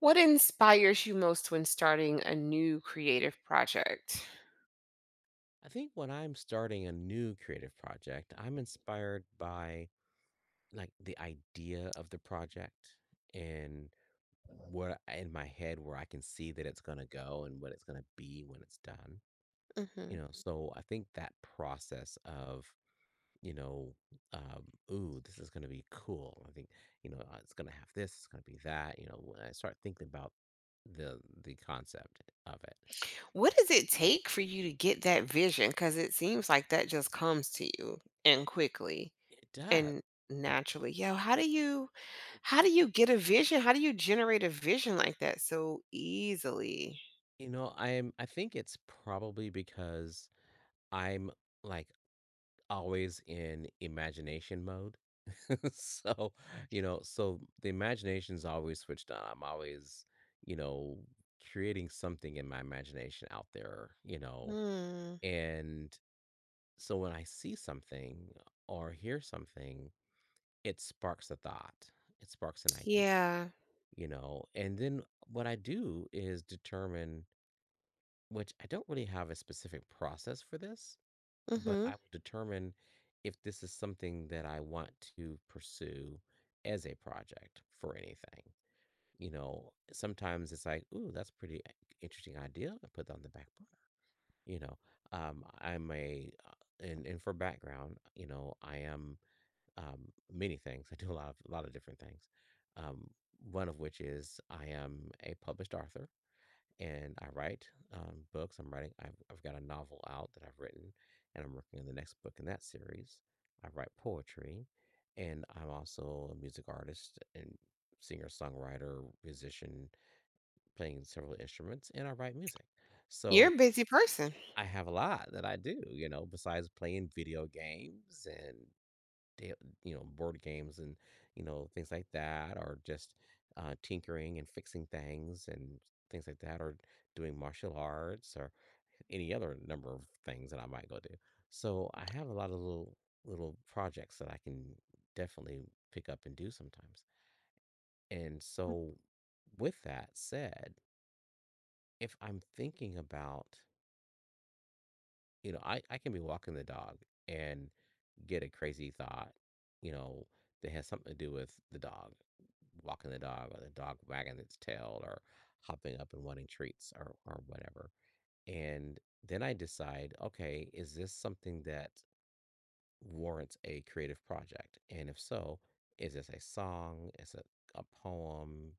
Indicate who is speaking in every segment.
Speaker 1: What inspires you most when starting a new creative project?
Speaker 2: I think when I'm starting a new creative project, I'm inspired by like the idea of the project and what in my head where I can see that it's going to go and what it's going to be when it's done. You
Speaker 1: Mhm.
Speaker 2: know, so I think that process of, you know, um, ooh, this is going to be cool. I think, it's going to have this, it's going to be that. You know, when I start thinking about the concept of it,
Speaker 1: What does it take for you to get that vision? Because it seems like that just comes to you and quickly.
Speaker 2: it does.
Speaker 1: And
Speaker 2: It,
Speaker 1: naturally, yo, how do you
Speaker 2: it really
Speaker 1: how
Speaker 2: does.
Speaker 1: do you get a vision? How do you generate a vision like that so easily?
Speaker 2: You know, I think it's probably because I'm like always in imagination mode. So, you know, so the imagination's always switched on. I'm always, you know, creating something in my imagination out there,
Speaker 1: Hmm.
Speaker 2: And so when I see something or hear something, it sparks a thought. It sparks an idea,
Speaker 1: Yeah.
Speaker 2: you know. And then what I do is determine— which I don't really have a specific process for this, but I
Speaker 1: Mhm.
Speaker 2: will determine if this is something that I want to pursue as a project for anything. You know, sometimes it's like, ooh, that's pretty interesting idea. I put that on the back burner. You know, I'm a, and for background, you know, I am many things. I do a lot of different things. Um, One of which is I am a published author and I write books. I'm writing. I've got a novel out that I've written, and I'm working on the next book in that series. I write poetry, and I'm also a music artist and singer songwriter, musician, playing several instruments, and I write music. So
Speaker 1: You're a busy person.
Speaker 2: I have a lot that I do, you know, besides playing video games and da- you know, board games and you know things like that or just tinkering and fixing things and things like that or doing martial arts or any other number of things that I might go do. So I have a lot of little little projects that I can definitely pick up and do sometimes. And
Speaker 1: Mm.
Speaker 2: so with that said, if I'm thinking about, you know, I can be walking the dog and get a crazy thought, you know, that has something to do with the dog, walking the dog or the dog wagging its tail or hopping up and wanting treats or whatever. And then I decide, okay, is this something that warrants a creative project? And if so, is this a song? Is it a poem,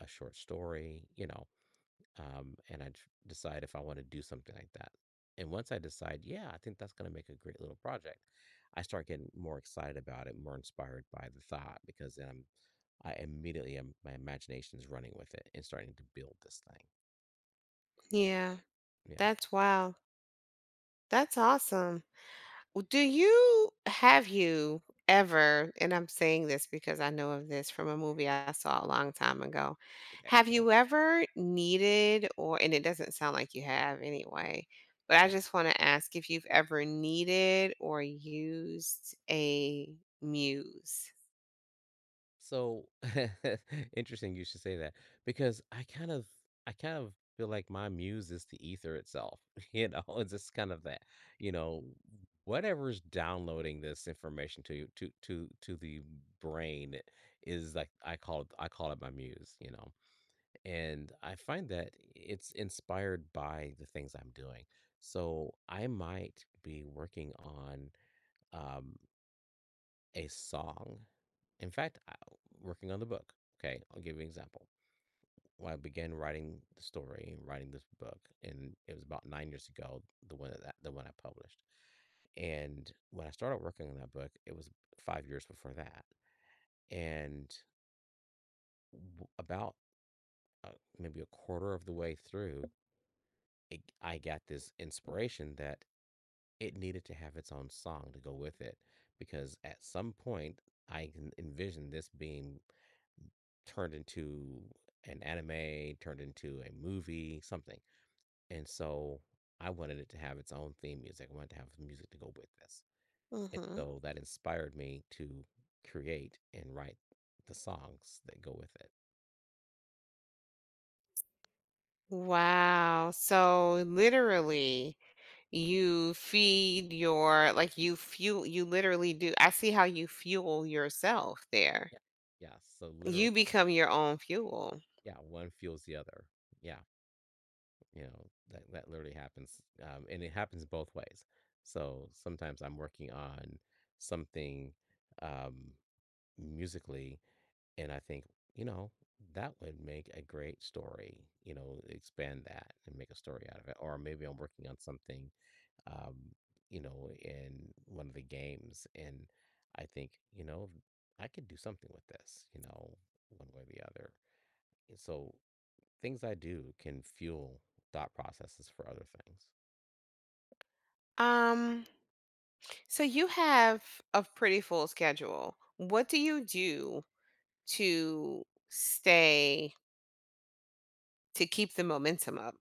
Speaker 2: a short story? Decide if I want to do something like that. And once I decide, yeah, I think that's going to make a great little project, I start getting more excited about it, more inspired by the thought, because I immediately am, my imagination's running with it and starting to build this thing.
Speaker 1: Yeah.
Speaker 2: Yeah.
Speaker 1: That's wow. That's awesome. Well, do you have you ever, and I'm saying this because I know of this from a movie I saw a long time ago.
Speaker 2: Okay,
Speaker 1: Have
Speaker 2: cool.
Speaker 1: you ever needed or and it doesn't sound like you have anyway, but I
Speaker 2: Okay.
Speaker 1: just want to ask if you've ever needed or used a muse.
Speaker 2: So interesting you should say that because I kind of feel like my muse is the ether itself. You know, it's just kind of that, you know, whatever's downloading this information to you to the brain is like— I call it my muse, you know. And I find that it's inspired by the things I'm doing. So I might be working on um a song. In fact, I Working on the book, okay, I'll give you an example. When I began writing the story, writing this book, and it was about 9 years ago, the one I published, and when I started working on that book, it was 5 years before that, and w about, uh, maybe a quarter of the way through, it I got this inspiration that it needed to have its own song to go with it because at some point, I can envision this being turned into an anime, turned into a movie, something. And so I wanted it to have its own theme music. I wanted to have music to go with this. And
Speaker 1: Mhm.
Speaker 2: so that inspired me to create and write the songs that go with it.
Speaker 1: Wow. So literally you feed your like you fuel you literally do. I see how you fuel yourself there.
Speaker 2: Yeah. Yeah. So literally,
Speaker 1: You become your own fuel.
Speaker 2: yeah, one fuels the other. Yeah. You know, that, that literally happens. And it happens both ways. So sometimes I'm working on something, um, musically. And I think, you know, that would make a great story, you know, expand that and make a story out of it. Or maybe I'm working on something, um, you know, in one of the games. And I think, you know, I could do something with this, you know, one way or the other. And so things I do can fuel thought processes for other things.
Speaker 1: Um, so you have a pretty full schedule. What do you do to stay to keep the momentum up?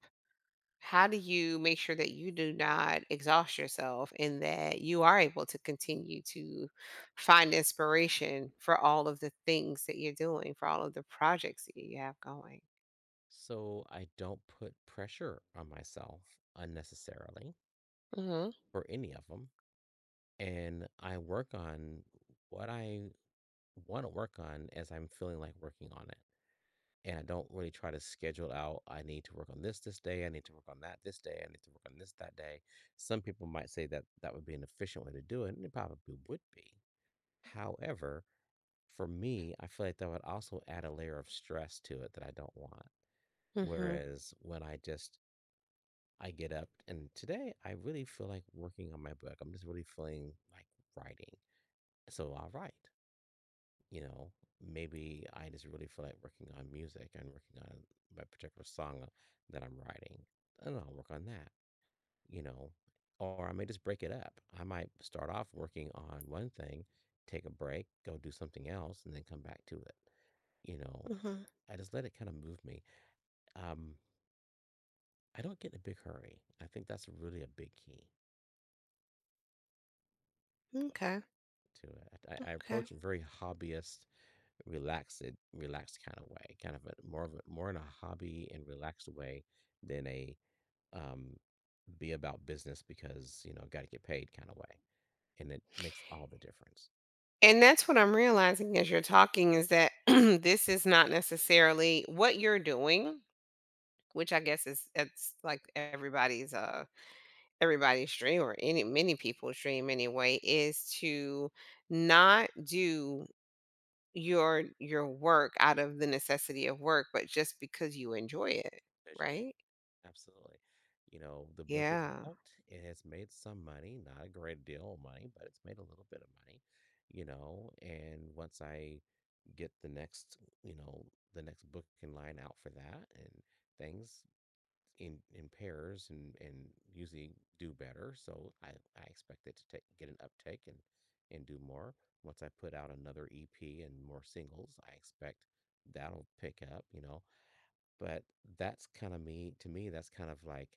Speaker 1: How do you make sure that you do not exhaust yourself and that you are able to continue to find inspiration for all of the things that you're doing, for all of the projects that you have going?
Speaker 2: So I don't put pressure on myself unnecessarily
Speaker 1: Mhm.
Speaker 2: for any of them. And I work on what I want to work on as I'm feeling like working on it. And I don't really try to schedule out, I need to work on this this day, I need to work on that this day, I need to work on this that day. Some people might say that that would be an efficient way to do it, and it probably would be. However, for me, I feel like that would also add a layer of stress to it that I don't want.
Speaker 1: Mhm.
Speaker 2: Whereas when I just— I get up and today I really feel like working on my book. I'm just really feeling like writing. So I'll write. You know, maybe I just really feel like working on music and working on my particular song that I'm writing. And I'll work on that, you know, or I may just break it up. I might start off working on one thing, take a break, go do something else, and then come back to it. You know,
Speaker 1: Mhm.
Speaker 2: I just let it kind of move me. Um, I don't get in a big hurry. I think that's really a big key
Speaker 1: Okay.
Speaker 2: to it. I
Speaker 1: Okay.
Speaker 2: approach it very hobbyist— relaxed relaxed kind of way, kind of a more in a hobby and relaxed way than a um be about business because, you know, got to get paid kind of way. And it makes all the difference.
Speaker 1: And that's what I'm realizing as you're talking is that this is not necessarily what you're doing, which I guess is it's like everybody's everybody's dream or any many people's dream anyway, is to not do your work out of the necessity of work, but just because you enjoy it,
Speaker 2: As you en-
Speaker 1: right?
Speaker 2: Absolutely. You know, the book is
Speaker 1: Yeah.
Speaker 2: out. It has made some money, not a great deal of money, but it's made a little bit of money, you know. And once I get the next, you know, the next book in line out for that and things, in pairs and usually do better. So I expect it to take, get an uptake and do more. Once I put out another EP and more singles, I expect that'll pick up, you know. But that's kind of like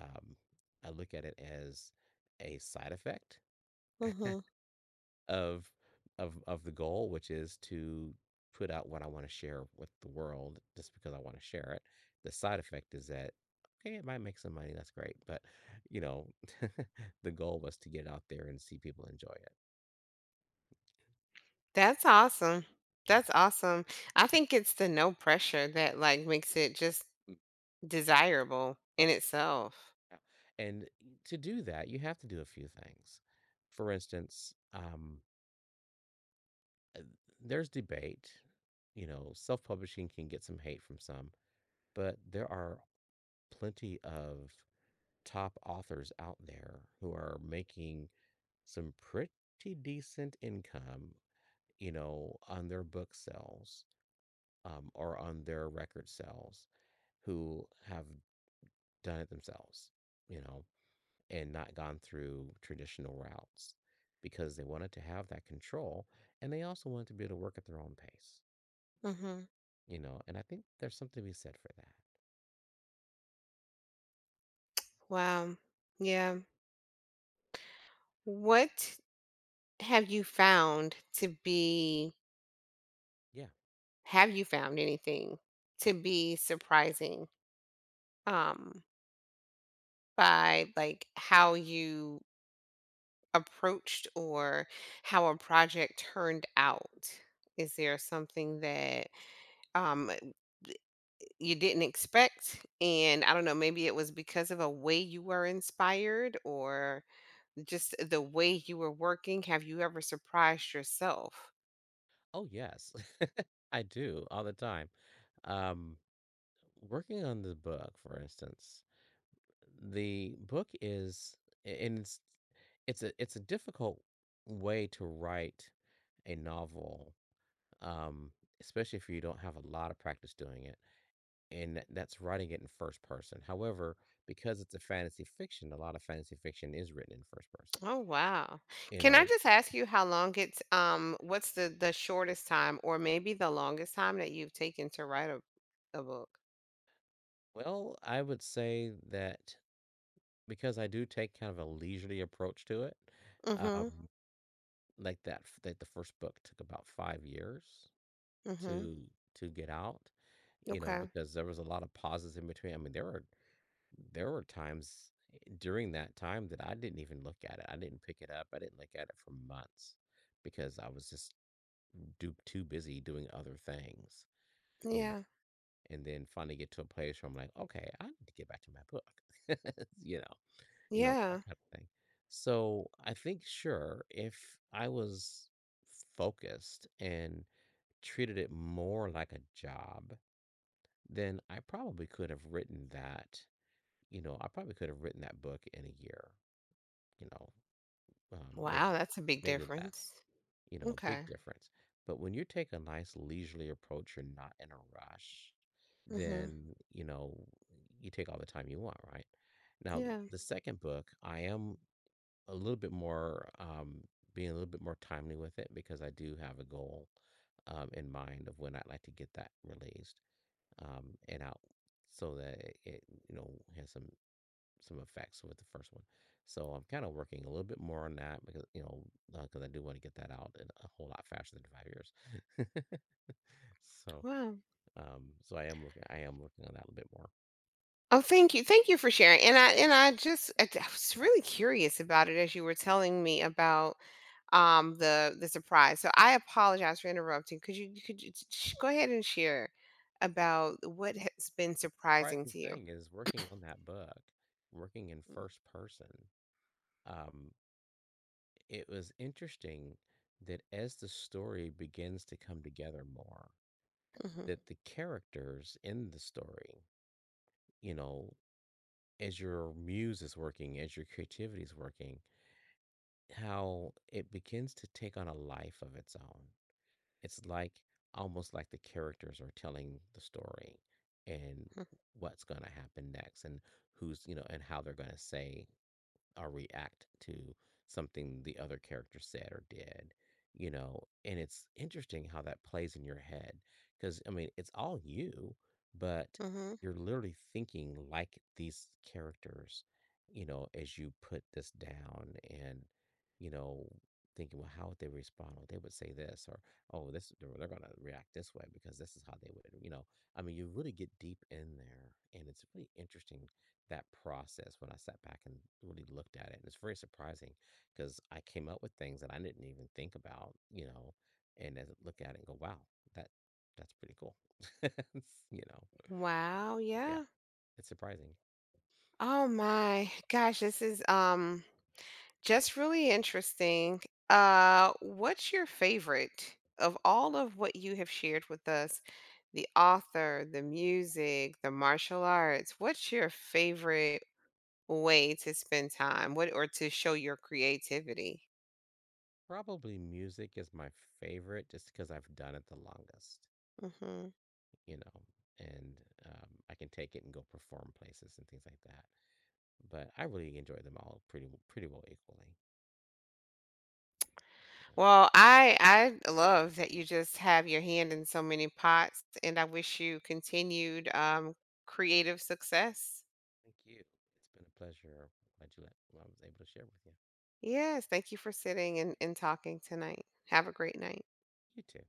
Speaker 2: um I look at it as a side effect
Speaker 1: Hmm.
Speaker 2: of of the goal, which is to put out what I wanna share with the world just because I wanna share it. The side effect is that, okay, it might make some money, that's great, but, you know, the goal was to get it out there and see people enjoy it,
Speaker 1: That's awesome.
Speaker 2: you—
Speaker 1: That's awesome. I think it's the no pressure that like makes it just
Speaker 2: Mm.
Speaker 1: desirable
Speaker 2: Yeah,
Speaker 1: in itself.
Speaker 2: yeah, and to do that, you have to do a few things. For instance, uh, there's debate, you know, self-publishing can get some hate from some, but there are plenty of top authors out there who are making some pretty decent income, you know, on their book sales or on their record sales who have done it themselves, you know, and not gone through traditional routes because they wanted to have that control and they also wanted to be able to work at their own pace,
Speaker 1: Mhm.
Speaker 2: you know, and I think there's something to be said for that.
Speaker 1: Wow. Yeah. What have you found to be
Speaker 2: Yeah.
Speaker 1: Have you found anything to be surprising, um by like how you approached or how a project turned out? Is there something that um you didn't expect? And I don't know, maybe it was because of a way you were inspired or just the way you were working? Have you ever surprised yourself?
Speaker 2: Oh, yes. I do all the time. Um, Working on the book, for instance, the book is and it's— it's a difficult way to write a novel, um, especially if you don't have a lot of practice doing it, and that's writing it in first person. However, because it's a fantasy fiction, a lot of fantasy fiction is written in first person.
Speaker 1: Oh wow.
Speaker 2: You
Speaker 1: Can I
Speaker 2: know,
Speaker 1: just ask you how long it's what's the shortest time or maybe the longest time that you've taken to write a book?
Speaker 2: well, I would say that because I do take kind of a leisurely approach to it,
Speaker 1: Mhm.
Speaker 2: um, like that the first book took about 5 years
Speaker 1: Mhm.
Speaker 2: to get out, you know,
Speaker 1: Okay.
Speaker 2: because there was a lot of pauses in between. I mean, there were times during that time that I didn't even look at it. I didn't pick it up. I didn't look at it for months because I was just too busy doing other things, you know.
Speaker 1: Yeah.
Speaker 2: And then finally get to a place where I'm like, okay, I need to get back to my book, you know that
Speaker 1: Yeah.
Speaker 2: kind of thing. So I think sure if I was focused and treated it more like a job then I probably could have written that, you know, I probably could have written that book in a year, you know, maybe
Speaker 1: Wow, that's a big
Speaker 2: maybe less,
Speaker 1: difference.
Speaker 2: you know, big
Speaker 1: Okay.
Speaker 2: difference. But when you take a nice leisurely approach, you're not in a rush,
Speaker 1: Mhm.
Speaker 2: then, you know, you take all the time you want, right? Now,
Speaker 1: Yeah.
Speaker 2: the second book, I am a little bit more being a little bit more timely with it because I do have a goal in mind of when I'd like to get that released, and out so that it, you know, has some effects with the first one. So I'm kind of working a little bit more on that because you know— because I do want to get that out in a whole lot faster than 5 years. So
Speaker 1: Wow.
Speaker 2: so I am working on that a little bit more.
Speaker 1: Oh, thank you. Thank you for sharing. And I just I was
Speaker 2: Yeah.
Speaker 1: really curious about it as you were telling me about the surprise. So I apologize for interrupting. Could you go ahead and share
Speaker 2: And
Speaker 1: about what has been surprising
Speaker 2: surprising
Speaker 1: to you?
Speaker 2: thing is working on that book, working in first person. Um, it was interesting that as the story begins to come together more,
Speaker 1: Mm. Mhm.
Speaker 2: that the characters in the story, you know, as your muse is working, as your creativity is working, how it begins to take on a life of its own. It's like almost like the characters are telling the story and
Speaker 1: Huh.
Speaker 2: what's going to happen next and who's, you know, and how they're going to say or react to something the other character said or did, you know? And it's interesting how that plays in your head because, I mean, it's all you, but
Speaker 1: Mhm.
Speaker 2: you're literally thinking like these characters, you know, as you put this down and, you know, thinking, well, how would they respond? Well, they would say this, or oh, this they're gonna react this way because this is how they would, you know. I mean, you really get deep in there, and it's really interesting that process when I sat back and really looked at it. And it's very surprising because I came up with things that I didn't even think about, you know, and as I look at it and go, wow, that that's pretty cool. It's, you know,
Speaker 1: Wow,
Speaker 2: yeah,
Speaker 1: yeah.
Speaker 2: it's surprising.
Speaker 1: Oh my gosh, this is just really interesting. What's your favorite of all of what you have shared with us? The author, the music, the martial arts. What's your favorite way to spend time? What or to show your creativity?
Speaker 2: Probably music is my favorite just because I've done it the longest,
Speaker 1: Hmm.
Speaker 2: you know, and I can take it and go perform places and things like that. But I really enjoy them all pretty pretty well equally. Yeah.
Speaker 1: Well, I love that you just have your hand in so many pots, and I wish you continued, creative success.
Speaker 2: Thank you. It's been a pleasure. Glad you let I was able to share with you.
Speaker 1: Yes, thank you for sitting and talking tonight. Have a great night.
Speaker 2: You too.